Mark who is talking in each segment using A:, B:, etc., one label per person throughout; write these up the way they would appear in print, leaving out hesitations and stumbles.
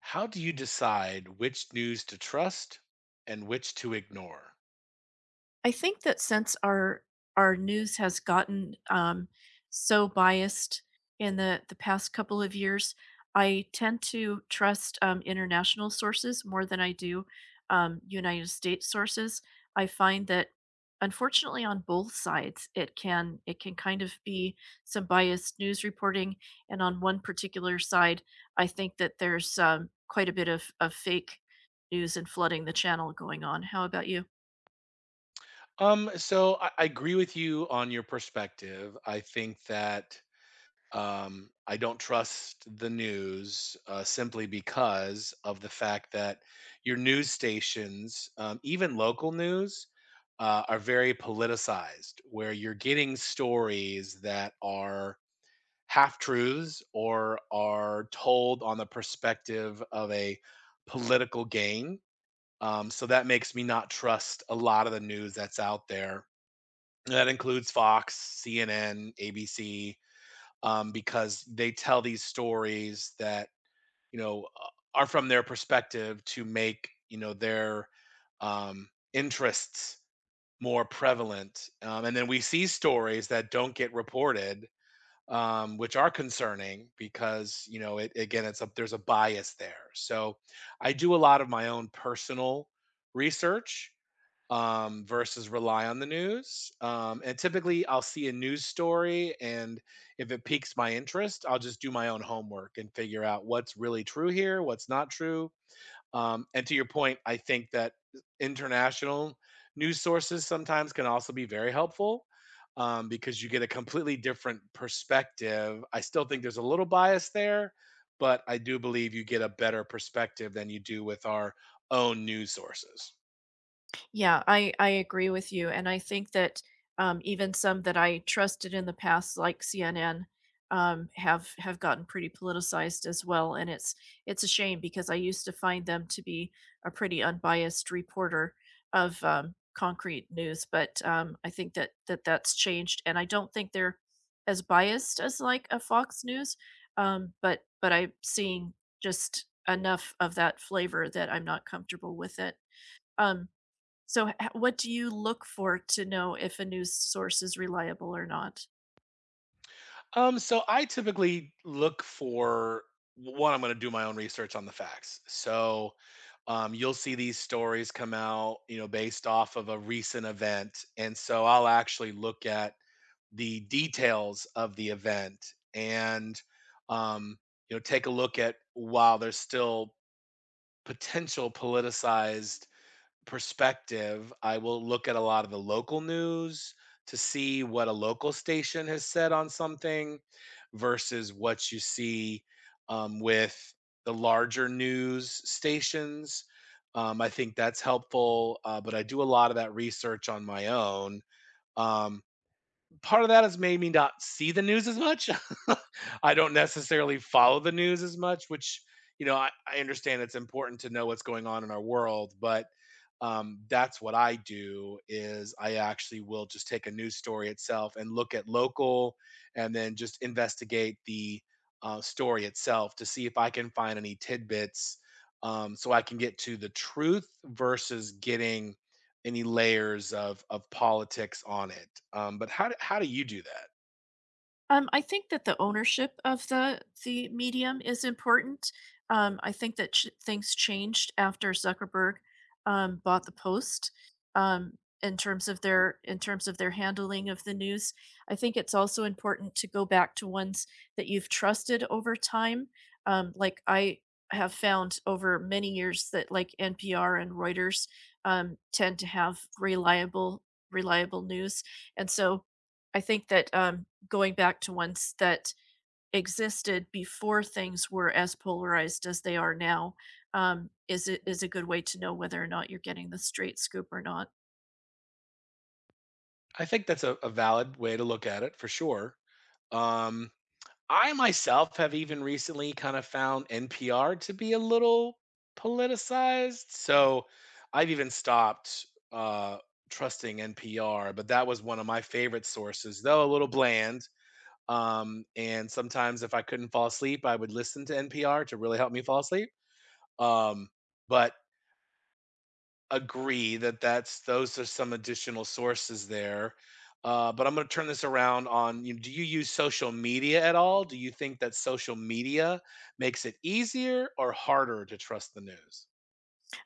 A: How do you decide which news to trust and which to ignore?
B: I think that since our news has gotten, so biased in the past couple of years. I tend to trust, international sources more than I do, United States sources. I find that unfortunately on both sides, it can kind of be some biased news reporting, and on one particular side, I think that there's, quite a bit of fake news and flooding the channel going on. How about you?
A: So I agree with you on your perspective. I think that I don't trust the news simply because of the fact that your news stations, even local news, are very politicized, where you're getting stories that are half truths or are told on the perspective of a political gain. So that makes me not trust a lot of the news that's out there. And that includes Fox, CNN, ABC, because they tell these stories that you know uh, are from their perspective to make their interests more prevalent. And then we see stories that don't get reported, which are concerning because you know it again it's a there's a bias there. So I do a lot of my own personal research, versus rely on the news, and typically I'll see a news story, and if it piques my interest, I'll just do my own homework and figure out what's really true here, what's not true. And to your point, I think that international news sources sometimes can also be very helpful, because you get a completely different perspective. I still think there's a little bias there, but I do believe you get a better perspective than you do with our own news sources.
B: Yeah, I agree with you, and I think that even some that I trusted in the past, like CNN, have gotten pretty politicized as well, and it's a shame because I used to find them to be a pretty unbiased reporter of concrete news, but I think that that's changed, and I don't think they're as biased as like a Fox News, but I'm seeing just enough of that flavor that I'm not comfortable with it. Um, so, h what do you look for to know if a news source is reliable or not?
A: So I typically look for one, I'm going to do my own research on the facts. So you'll see these stories come out, you know, based off of a recent event. And so I'll actually look at the details of the event and, um, you know, take a look at, while there's still potential politicized perspective, I will look at a lot of the local news to see what a local station has said on something versus what you see, with the larger news stations. I think that's helpful, but I do a lot of that research on my own. Um, Part of that has made me not see the news as much. I don't necessarily follow the news as much, which, you know, I understand it's important to know what's going on in our world, but that's what I do is I actually will just take a news story itself and look at local and then just investigate the story itself to see if I can find any tidbits, so I can get to the truth versus getting any layers of politics on it. But how do you do that?
B: I think that the ownership of the medium is important. I think that things changed after Zuckerberg bought the Post, um, in terms of their in terms of their handling of the news. I think it's also important to go back to ones that you've trusted over time. Like I have found over many years that like NPR and Reuters tend to have reliable news, and so I think that going back to ones that existed before things were as polarized as they are now is it is a good way to know whether or not you're getting the straight scoop or not.
A: I think that's a valid way to look at it, for sure. Um, I myself have even recently kind of found NPR to be a little politicized, so I've even stopped uh, trusting NPR. But that was one of my favorite sources, though a little bland. And sometimes if I couldn't fall asleep, I would listen to NPR to really help me fall asleep. Um, but agree that that's those are some additional sources there. But I'm going to turn this around on you. Do you use social media at all? Do you think that social media makes it easier or harder to trust the news?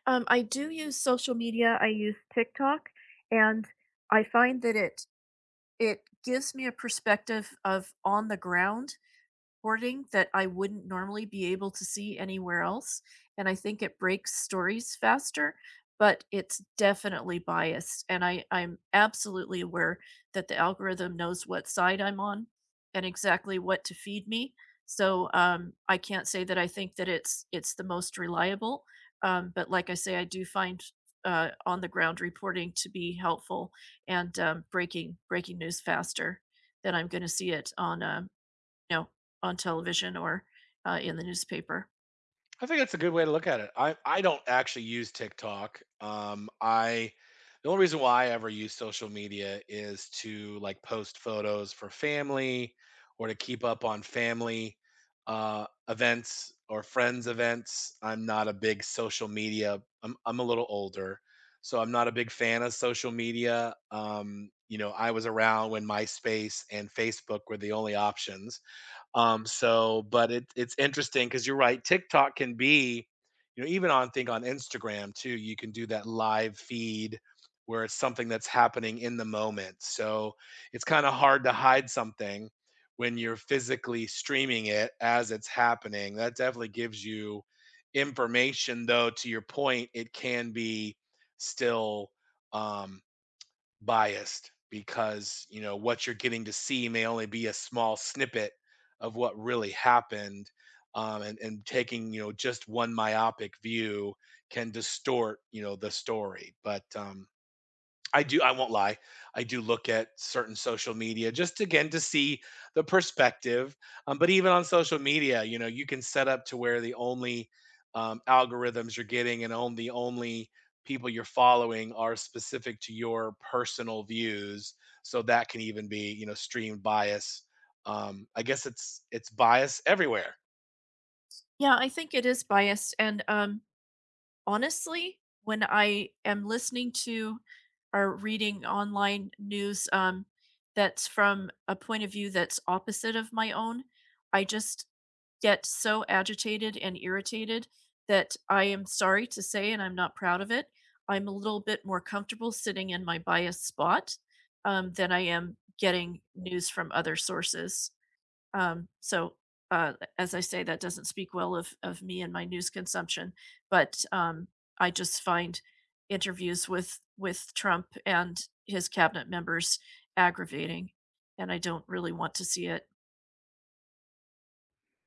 B: I do use social media. I use TikTok, and I find that it gives me a perspective of on the ground hoarding that I wouldn't normally be able to see anywhere else, and I think it breaks stories faster, but it's definitely biased, and I'm absolutely aware that the algorithm knows what side I'm on and exactly what to feed me, so, I can't say that I think that it's the most reliable, but like I say, I do find, on the ground reporting to be helpful and, breaking news faster than I'm gonna see it on, you know, on television or, in the newspaper.
A: I think that's a good way to look at it. I don't actually use TikTok. I the only reason why I ever use social media is to like post photos for family or to keep up on family events or friends events. I'm not a big social media. I'm a little older, so I'm not a big fan of social media. You know, I was around when MySpace and Facebook were the only options, so, but it, it's interesting because you're right. TikTok can be, you know, even on think on Instagram too. You can do that live feed where it's something that's happening in the moment. So it's kind of hard to hide something when you're physically streaming it as it's happening. That definitely gives you information, though. To your point, it can be still. Um, Biased because, you know, what you're getting to see may only be a small snippet of what really happened, and taking, you know, just one myopic view can distort, you know, the story. But I do I won't lie. I do look at certain social media, just again to see the perspective. But even on social media, you know, you can set up to where the only algorithms you're getting and on the only people you're following are specific to your personal views. So that can even be, you know, stream bias. I guess it's bias everywhere.
B: Yeah, I think it is biased, and, honestly, when I am listening to or reading online news, that's from a point of view that's opposite of my own, I just get so agitated and irritated that I am sorry to say, and I'm not proud of it, I'm a little bit more comfortable sitting in my biased spot, than I am getting news from other sources. Um, so, as I say, that doesn't speak well of me and my news consumption, but I just find interviews with Trump and his cabinet members aggravating, and I don't really want to see it.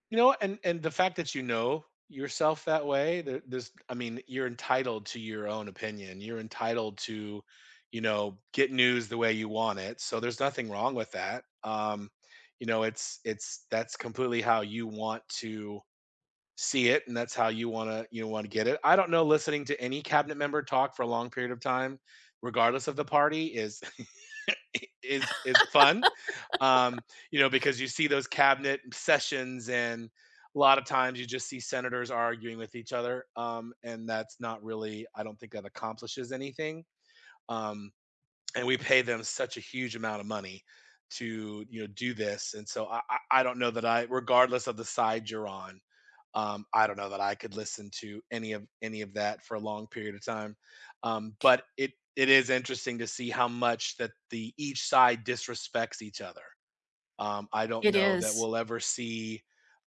A: You know, and the fact that you know yourself that way, I mean, you're entitled to your own opinion. You're entitled to, you know, get news the way you want it. So there's nothing wrong with that. You know, it's that's completely how you want to see it, and that's how you want to get it. I don't know. Listening to any cabinet member talk for a long period of time, regardless of the party, is is fun, um, you know, because you see those cabinet sessions and a lot of times you just see senators arguing with each other. And that's not really, I don't think that accomplishes anything. Um, and we pay them such a huge amount of money to, you know, do this. And so I don't know that I, regardless of the side you're on, I don't know that I could listen to any of that for a long period of time. But it is interesting to see how much that the each side disrespects each other. I don't
B: It
A: know that
B: is,
A: we'll ever see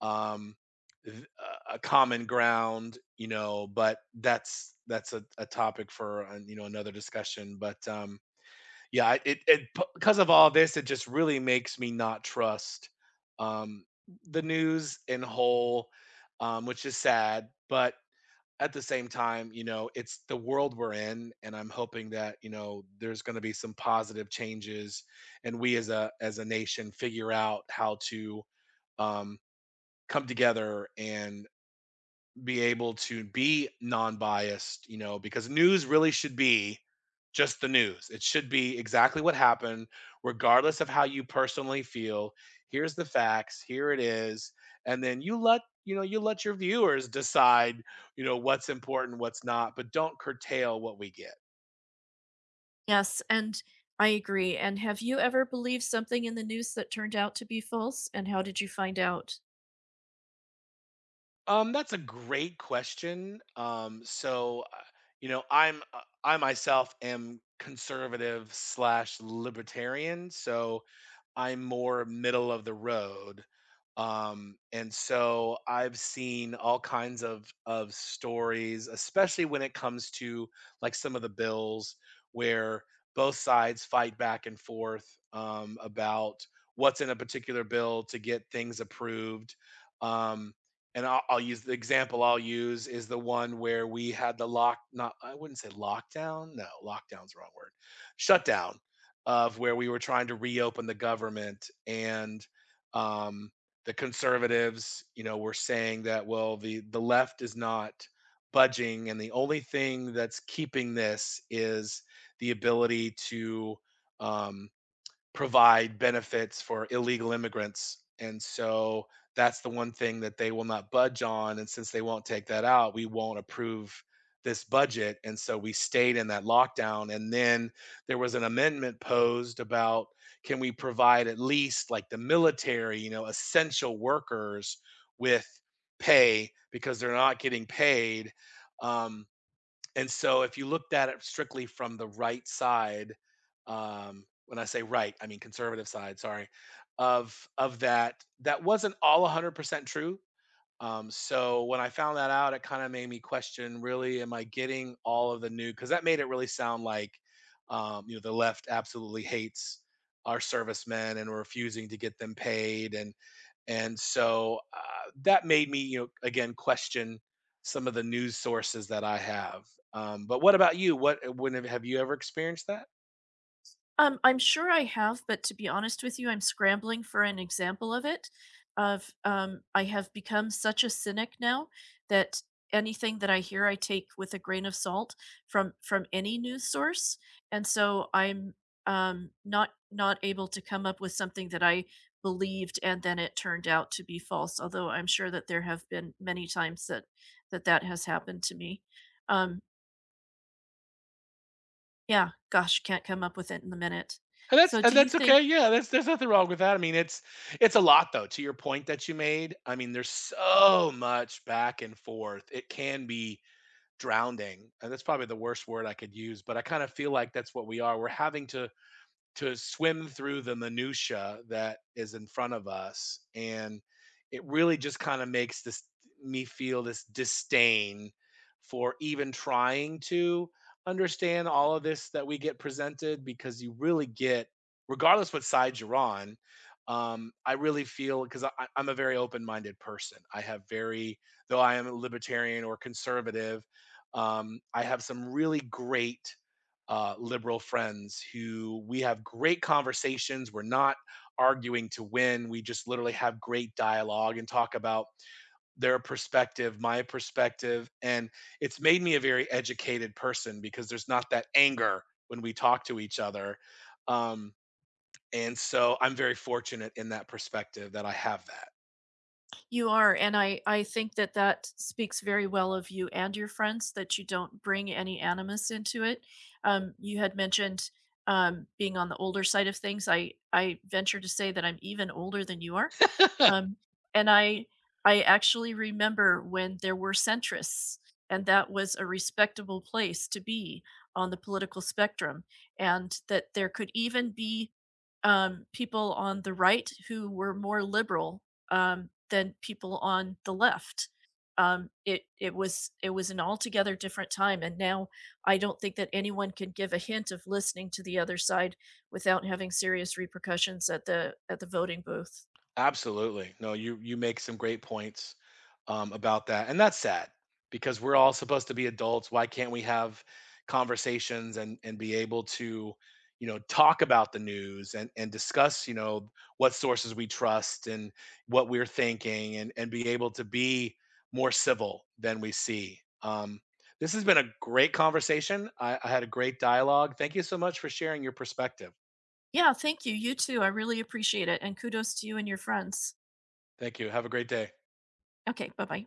A: um, th- a common ground, you know, but that's a topic for, you know, another discussion. But yeah, it it because of all this, it just really makes me not trust um, the news in whole, which is sad. But at the same time, you know, it's the world we're in, and I'm hoping that you know there's going to be some positive changes, and we as a nation figure out how to um, come together and be able to be non-biased, you know, because news really should be just the news. It should be exactly what happened, regardless of how you personally feel. Here's the facts, here it is, and then you let you know you let your viewers decide, you know, what's important, what's not, but don't curtail what we get.
B: yes, and I agree. And have you ever believed something in the news that turned out to be false? And how did you find out?
A: That's a great question. So, you know, I myself am conservative slash libertarian, so I'm more middle of the road. And so I've seen all kinds of stories, especially when it comes to like some of the bills where both sides fight back and forth, about what's in a particular bill to get things approved. Um, and I'll use the example I'll use is the one where we had the lock, not, I wouldn't say lockdown. No, lockdown's the wrong word. Shutdown of where we were trying to reopen the government and, um, the conservatives, you know, were saying that, well, the left is not budging. And the only thing that's keeping this is the ability to, um, provide benefits for illegal immigrants. And so that's the one thing that they will not budge on. And since they won't take that out, we won't approve this budget. And so we stayed in that lockdown. And then there was an amendment posed about can we provide at least like the military, you know, essential workers with pay because they're not getting paid. Um, and so if you looked at it strictly from the right side, when I say right, I mean conservative side, sorry, of that, that wasn't all 100% true. So when I found that out, it kind of made me question, really, am I getting all of the new? Because that made it really sound like, you know, the left absolutely hates our servicemen and refusing to get them paid, and so that made me, you know, again question some of the news sources that I have. But what about you? Have you ever experienced that?
B: I'm sure I have, but to be honest with you, I'm scrambling for an example of it. Of I have become such a cynic now that anything that I hear, I take with a grain of salt from any news source, and so I'm not not able to come up with something that I believed and then it turned out to be false. Although I'm sure that there have been many times that that that has happened to me. Um, yeah, gosh, can't come up with it in the minute.
A: And that's
B: So, do you think?
A: okay. Yeah, that's there's nothing wrong with that. I mean, it's a lot though. To your point that you made, I mean, there's so much back and forth. It can be drowning. And that's probably the worst word I could use, but I kind of feel like that's what we are. We're having to swim through the minutia that is in front of us, and it really just kind of makes this me feel this disdain for even trying to understand all of this that we get presented, because you really get, regardless what side you're on, I really feel because I'm a very open-minded person. I have very though I am a libertarian or conservative, I have some really great liberal friends who we have great conversations. We're not arguing to win. We just literally have great dialogue and talk about their perspective, my perspective. And it's made me a very educated person because there's not that anger when we talk to each other. Um, and so I'm very fortunate in that perspective that I have that.
B: You are, and I think that that speaks very well of you and your friends that you don't bring any animus into it. You had mentioned being on the older side of things. I venture to say that I'm even older than you are, um, and I actually remember when there were centrists, and that was a respectable place to be on the political spectrum, and that there could even be people on the right who were more liberal than people on the left. It was it was an altogether different time, and now I don't think that anyone can give a hint of listening to the other side without having serious repercussions at the voting booth.
A: Absolutely. No, you make some great points, about that, and that's sad because we're all supposed to be adults. Why can't we have conversations and be able to, you know, talk about the news and discuss, you know, what sources we trust and what we're thinking, and be able to be more civil than we see. This has been a great conversation. I had a great dialogue. Thank you so much for sharing your perspective.
B: Yeah, thank you. You too. I really appreciate it, and kudos to you and your friends.
A: Thank you. Have a great day.
B: Okay, bye bye.